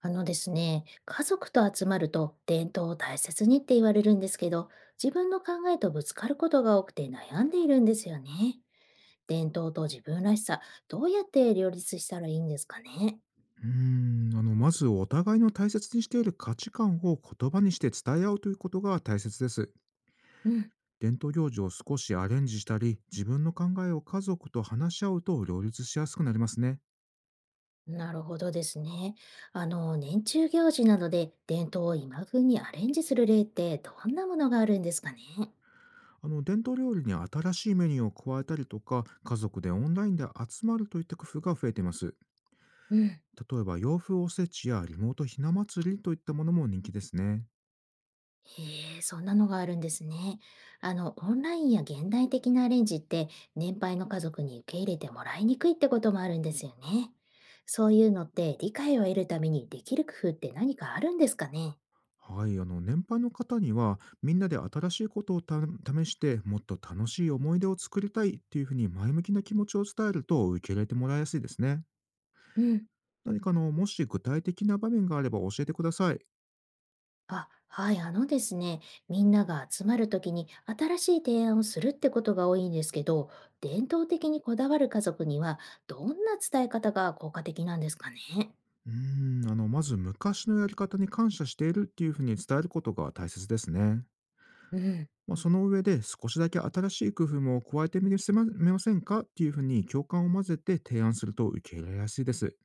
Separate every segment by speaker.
Speaker 1: あのですね、家族と集まると伝統を大切にって言われるんですけど、自分の考えとぶつかることが多くて悩んでいるんですよね。伝統と自分らしさ、どうやって両立したらいいんですかね。
Speaker 2: まずお互いの大切にしている価値観を言葉にして伝え合うということが大切です。
Speaker 1: うん、
Speaker 2: 伝統行事を少しアレンジしたり、自分の考えを家族と話し合うと両立しやすくなりますね。
Speaker 1: なるほどですね。年中行事などで伝統を今風にアレンジする例ってどんなものがあるんですかね。
Speaker 2: 伝統料理に新しいメニューを加えたりとか、家族でオンラインで集まるといった工夫が増えています。
Speaker 1: うん。
Speaker 2: 例えば、洋風おせちやリモートひな祭りといったものも人気ですね。
Speaker 1: へえ、そんなのがあるんですね。オンラインや現代的なアレンジって、年配の家族に受け入れてもらいにくいってこともあるんですよね。そういうのって理解を得るためにできる工夫って何かあるんですかね？
Speaker 2: はい、年配の方にはみんなで新しいことを試して、もっと楽しい思い出を作りたいっていうふうに前向きな気持ちを伝えると受け入れてもらいやすいですね。
Speaker 1: うん。
Speaker 2: 何かもし具体的な場面があれば教えてください。
Speaker 1: あ、はい、あのですね、みんなが集まるときに新しい提案をするってことが多いんですけど、伝統的にこだわる家族にはどんな伝え方が効果的なんですかね？
Speaker 2: まず昔のやり方に感謝しているっていうふうに伝えることが大切ですね。
Speaker 1: うん。
Speaker 2: まあ、その上で少しだけ新しい工夫も加えてみませんかっていうふうに共感を混ぜて提案すると受け入れやすいです。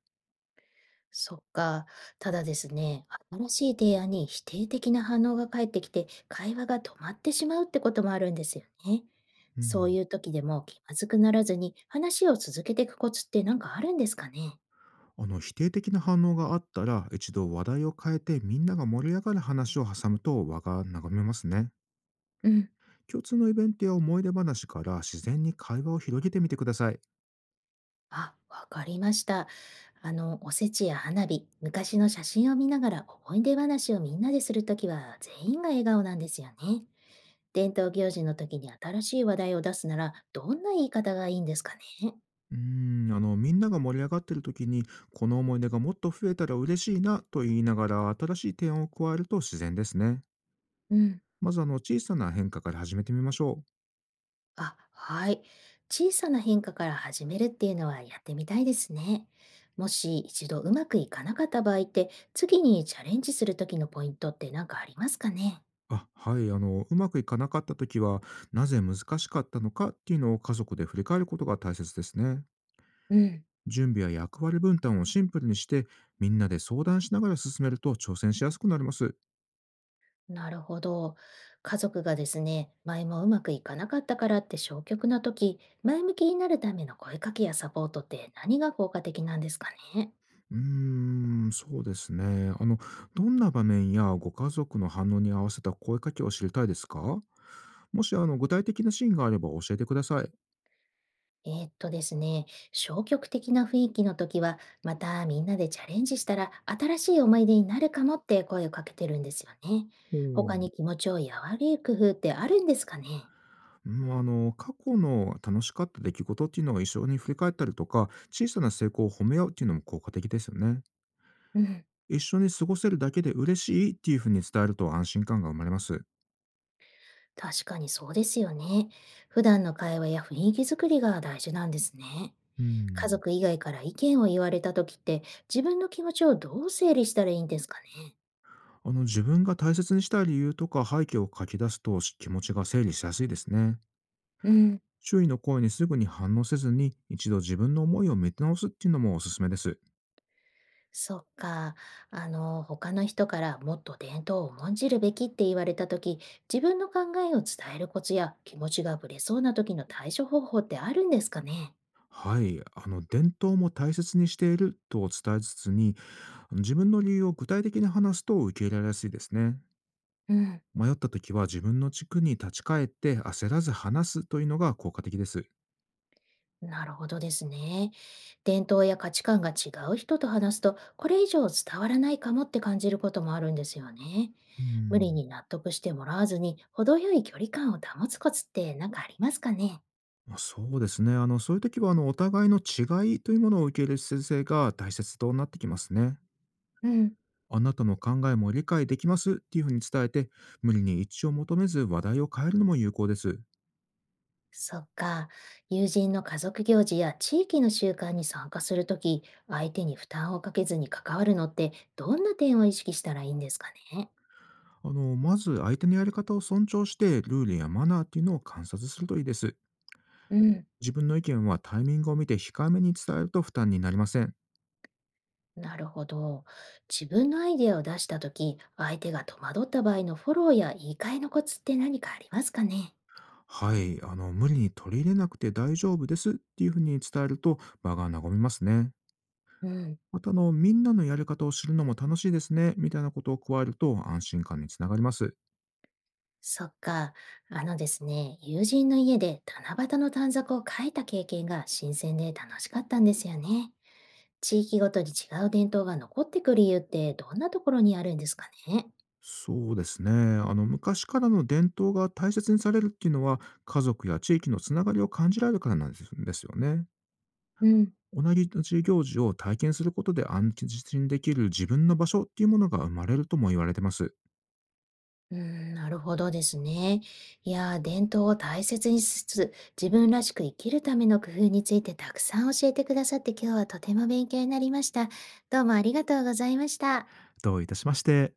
Speaker 1: そっか。ただですね、新しい提案に否定的な反応が返ってきて、会話が止まってしまうってこともあるんですよね。
Speaker 2: う
Speaker 1: そう
Speaker 2: ん
Speaker 1: いう時でも気まずくならずに話を続けていくコツって何かあるんですかね？
Speaker 2: 否定的な反応があったら、一度話題を変えてみんなが盛り上がる話を挟むと輪が眺めますね。
Speaker 1: うん。
Speaker 2: 共通のイベントや思い出話から自然に会話を広げてみてください。
Speaker 1: あ、わかりました。おせちや花火、昔の写真を見ながら思い出話をみんなでするときは全員が笑顔なんですよね。伝統行事の時に新しい話題を出すならどんな言い方がいいんですかね？
Speaker 2: みんなが盛り上がってる時に、この思い出がもっと増えたら嬉しいなと言いながら新しい点を加えると自然ですね。
Speaker 1: うん。
Speaker 2: まず小さな変化から始めてみましょう。
Speaker 1: あ、はい。小さな変化から始めるっていうのはやってみたいですね。もし一度うまくいかなかった場合って、次にチャレンジする時のポイントって何かありますかね？
Speaker 2: あ、はい、うまくいかなかった時は、なぜ難しかったのかっていうのを家族で振り返ることが大切ですね。
Speaker 1: うん、
Speaker 2: 準備や役割分担をシンプルにして、みんなで相談しながら進めると挑戦しやすくなります。
Speaker 1: なるほど。家族がですね、前もうまくいかなかったからって消極な時、前向きになるための声かけやサポートって何が効果的なんですかね？
Speaker 2: うーそうですね。どんな場面やご家族の反応に合わせた声かけを知りたいですか？もし、具体的なシーンがあれば教えてください。
Speaker 1: えーっとですね、消極的な雰囲気の時は、またみんなでチャレンジしたら新しい思い出になるかもって声をかけてるんですよね。
Speaker 2: ほうう
Speaker 1: 他に気持ちを和らげる工夫ってあるんですかね？
Speaker 2: んあの過去の楽しかった出来事っていうのを一緒に振り返ったりとか、小さな成功を褒め合うっていうのも効果的ですよね。
Speaker 1: うん、
Speaker 2: 一緒に過ごせるだけで嬉しいっていうふうに伝えると安心感が生まれます。
Speaker 1: 確かにそうですよね。普段の会話や雰囲気作りが大事なんですね。
Speaker 2: う
Speaker 1: 家
Speaker 2: ん
Speaker 1: 族以外から意見を言われた時って、自分の気持ちをどう整理したらいいんですかね？
Speaker 2: 自分が大切にしたい理由とか背景を書き出すと、気持ちが整理しやすいですね。
Speaker 1: うん。
Speaker 2: 周囲の声にすぐに反応せずに、一度自分の思いを見直すっていうのもおすすめです。
Speaker 1: そっか。他の人からもっと伝統を重んじるべきって言われたとき、自分の考えを伝えるコツや気持ちがぶれそうな時の対処方法ってあるんですかね？
Speaker 2: はい。伝統も大切にしていると伝えつつに、自分の理由を具体的に話すと受け入れられやすいですね。
Speaker 1: うん。
Speaker 2: 迷った時は自分の軸に立ち返って焦らず話すというのが効果的です。
Speaker 1: なるほどですね。伝統や価値観が違う人と話すと、これ以上伝わらないかもって感じることもあるんですよね。
Speaker 2: う
Speaker 1: 無理
Speaker 2: ん。
Speaker 1: に納得してもらわずに、程よい距離感を保つコツって何かありますかね？
Speaker 2: まあ、そうですね。そういう時は、お互いの違いというものを受け入れる姿勢が大切となってきますね。
Speaker 1: うん。
Speaker 2: あなたの考えも理解できますっていうふうに伝えて、無理に一致を求めず話題を変えるのも有効です。
Speaker 1: そっか。友人の家族行事や地域の習慣に参加するとき、相手に負担をかけずに関わるのって、どんな点を意識したらいいんですかね？
Speaker 2: まず相手のやり方を尊重して、ルールやマナーっていうのを観察するといいです。
Speaker 1: うん。
Speaker 2: 自分の意見はタイミングを見て控えめに伝えると負担になりません。
Speaker 1: なるほど。自分のアイデアを出したとき、相手が戸惑った場合のフォローや言い換えのコツって何かありますかね？
Speaker 2: はい、無理に取り入れなくて大丈夫ですっていうふうに伝えると場が和みますね。
Speaker 1: うん。
Speaker 2: また、みんなのやり方を知るのも楽しいですね、みたいなことを加えると安心感につながります。
Speaker 1: そっか。あのですね、友人の家で七夕の短冊を書いた経験が新鮮で楽しかったんですよね。地域ごとに違う伝統が残ってくる理由ってどんなところにあるんですかね？
Speaker 2: そうですね。昔からの伝統が大切にされるっていうのは、家族や地域のつながりを感じられるからなんですよね。
Speaker 1: うん。
Speaker 2: 同じ行事を体験することで安心できる自分の場所っていうものが生まれるとも言われてます。
Speaker 1: うん、なるほどですね。いやー、伝統を大切にしつつ、自分らしく生きるための工夫についてたくさん教えてくださって今日はとても勉強になりました。どうもありがとうございました。
Speaker 2: どういたしまして。